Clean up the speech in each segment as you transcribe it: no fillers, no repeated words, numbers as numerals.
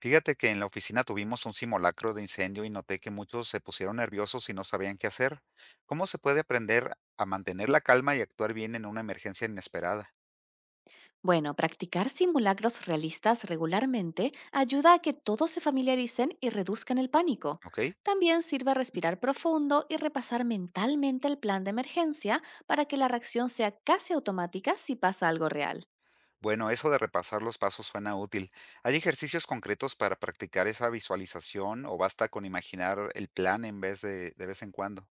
Fíjate que en la oficina tuvimos un simulacro de incendio y noté que muchos se pusieron nerviosos y no sabían qué hacer. ¿Cómo se puede aprender a mantener la calma y actuar bien en una emergencia inesperada? Bueno, practicar simulacros realistas regularmente ayuda a que todos se familiaricen y reduzcan el pánico. ¿Ok? También sirve respirar profundo y repasar mentalmente el plan de emergencia para que la reacción sea casi automática si pasa algo real. Bueno, eso de repasar los pasos suena útil. ¿Hay ejercicios concretos para practicar esa visualización o basta con imaginar el plan en vez de vez en cuando?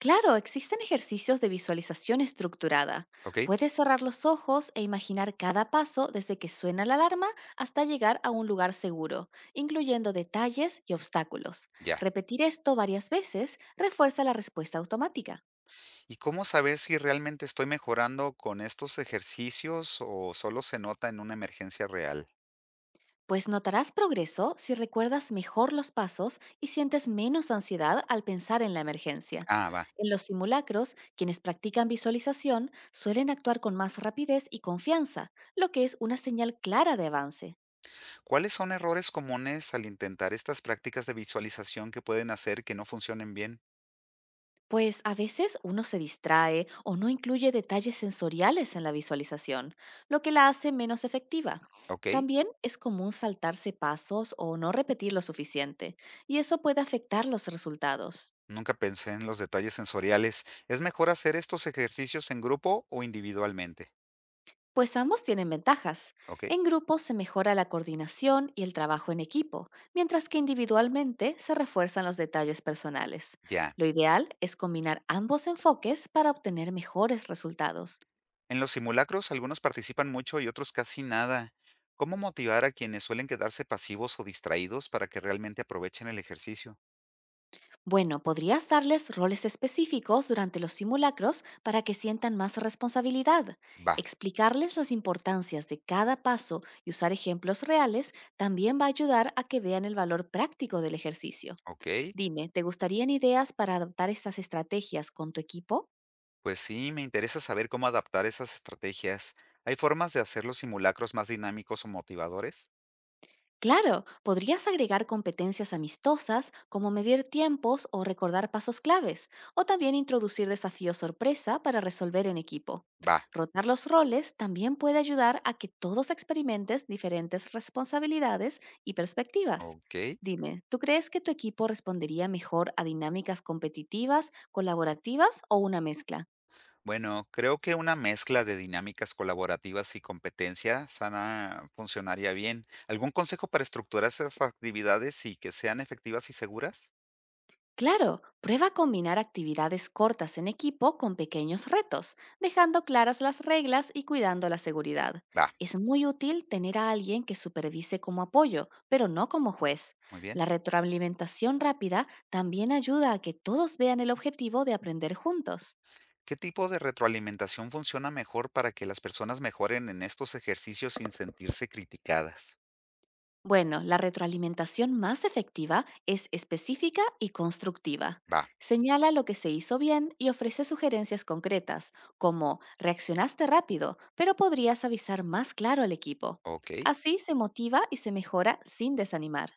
Claro, existen ejercicios de visualización estructurada. ¿Ok? Puedes cerrar los ojos e imaginar cada paso desde que suena la alarma hasta llegar a un lugar seguro, incluyendo detalles y obstáculos. Ya. Repetir esto varias veces refuerza la respuesta automática. ¿Y cómo saber si realmente estoy mejorando con estos ejercicios o solo se nota en una emergencia real? Pues notarás progreso si recuerdas mejor los pasos y sientes menos ansiedad al pensar en la emergencia. Ah, va. En los simulacros, quienes practican visualización suelen actuar con más rapidez y confianza, lo que es una señal clara de avance. ¿Cuáles son errores comunes al intentar estas prácticas de visualización que pueden hacer que no funcionen bien? Pues a veces uno se distrae o no incluye detalles sensoriales en la visualización, lo que la hace menos efectiva. ¿Ok? También es común saltarse pasos o no repetir lo suficiente, y eso puede afectar los resultados. Nunca pensé en los detalles sensoriales. ¿Es mejor hacer estos ejercicios en grupo o individualmente? Pues ambos tienen ventajas. ¿Ok? En grupo se mejora la coordinación y el trabajo en equipo, mientras que individualmente se refuerzan los detalles personales. Ya. Lo ideal es combinar ambos enfoques para obtener mejores resultados. En los simulacros algunos participan mucho y otros casi nada. ¿Cómo motivar a quienes suelen quedarse pasivos o distraídos para que realmente aprovechen el ejercicio? Bueno, podrías darles roles específicos durante los simulacros para que sientan más responsabilidad. Va, Explicarles las importancias de cada paso y usar ejemplos reales también va a ayudar a que vean el valor práctico del ejercicio. ok. Dime, ¿te gustarían ideas para adaptar estas estrategias con tu equipo? Pues sí, me interesa saber cómo adaptar esas estrategias. ¿Hay formas de hacer los simulacros más dinámicos o motivadores? Claro, podrías agregar competencias amistosas como medir tiempos o recordar pasos claves, o también introducir desafíos sorpresa para resolver en equipo. Va. Rotar los roles también puede ayudar a que todos experimentes diferentes responsabilidades y perspectivas. Okey. Dime, ¿tú crees que tu equipo respondería mejor a dinámicas competitivas, colaborativas o una mezcla? Bueno, creo que una mezcla de dinámicas colaborativas y competencia sana funcionaría bien. ¿Algún consejo para estructurar esas actividades y que sean efectivas y seguras? Claro, prueba a combinar actividades cortas en equipo con pequeños retos, dejando claras las reglas y cuidando la seguridad. Va, Es muy útil tener a alguien que supervise como apoyo, pero no como juez. muy La bien. retroalimentación rápida también ayuda a que todos vean el objetivo de aprender juntos. ¿Qué tipo de retroalimentación funciona mejor para que las personas mejoren en estos ejercicios sin sentirse criticadas? Bueno, la retroalimentación más efectiva es específica y constructiva. Va, Señala lo que se hizo bien y ofrece sugerencias concretas, como reaccionaste rápido, pero podrías avisar más claro al equipo. okey. Así se motiva y se mejora sin desanimar.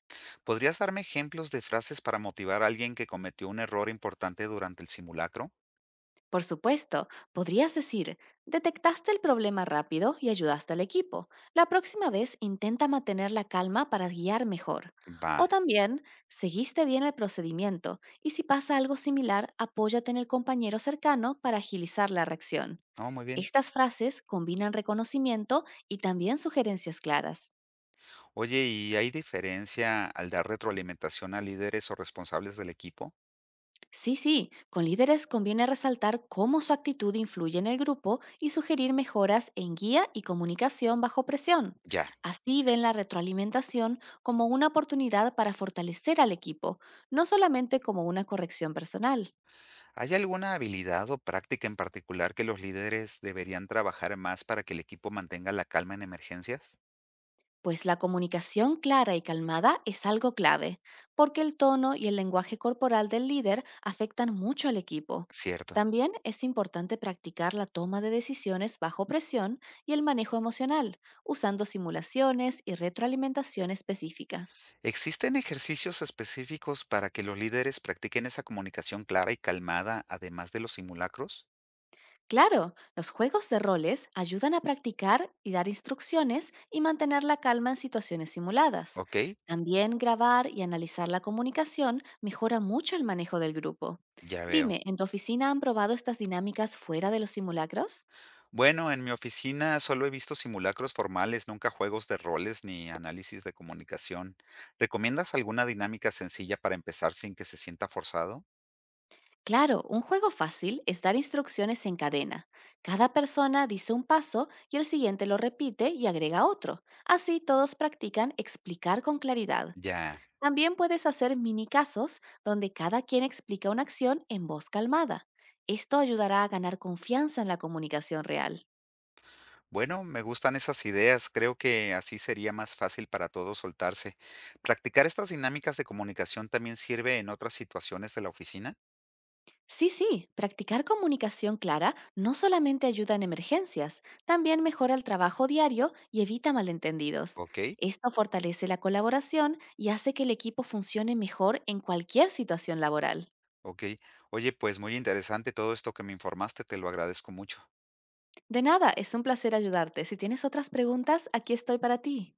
¿Podrías darme ejemplos de frases para motivar a alguien que cometió un error importante durante el simulacro? Por supuesto, podrías decir, detectaste el problema rápido y ayudaste al equipo. La próxima vez intenta mantener la calma para guiar mejor. Va. O también, seguiste bien el procedimiento y si pasa algo similar, apóyate en el compañero cercano para agilizar la reacción. No, muy bien. Estas frases combinan reconocimiento y también sugerencias claras. Oye, ¿y hay diferencia al dar retroalimentación a líderes o responsables del equipo? Sí, sí, con líderes conviene resaltar cómo su actitud influye en el grupo y sugerir mejoras en guía y comunicación bajo presión. Ya. Así ven la retroalimentación como una oportunidad para fortalecer al equipo, no solamente como una corrección personal. ¿Hay alguna habilidad o práctica en particular que los líderes deberían trabajar más para que el equipo mantenga la calma en emergencias? Pues la comunicación clara y calmada es algo clave, porque el tono y el lenguaje corporal del líder afectan mucho al equipo. Cierto. También es importante practicar la toma de decisiones bajo presión y el manejo emocional, usando simulaciones y retroalimentación específica. ¿Existen ejercicios específicos para que los líderes practiquen esa comunicación clara y calmada, además de los simulacros? Claro, los juegos de roles ayudan a practicar y dar instrucciones y mantener la calma en situaciones simuladas. Ok, También grabar y analizar la comunicación mejora mucho el manejo del grupo. ya veo. Dime, ¿en tu oficina han probado estas dinámicas fuera de los simulacros? Bueno, en mi oficina solo he visto simulacros formales, nunca juegos de roles ni análisis de comunicación. ¿Recomiendas alguna dinámica sencilla para empezar sin que se sienta forzado? Claro, un juego fácil es dar instrucciones en cadena. Cada persona dice un paso y el siguiente lo repite y agrega otro. Así todos practican explicar con claridad. Ya. También puedes hacer mini casos donde cada quien explica una acción en voz calmada. Esto ayudará a ganar confianza en la comunicación real. Bueno, me gustan esas ideas. Creo que así sería más fácil para todos soltarse. ¿Practicar estas dinámicas de comunicación también sirve en otras situaciones de la oficina? Sí, sí, practicar comunicación clara no solamente ayuda en emergencias, también mejora el trabajo diario y evita malentendidos. Ok, Esto fortalece la colaboración y hace que el equipo funcione mejor en cualquier situación laboral. ok. Oye, pues muy interesante todo esto que me informaste, te lo agradezco mucho. De nada, es un placer ayudarte. Si tienes otras preguntas, aquí estoy para ti.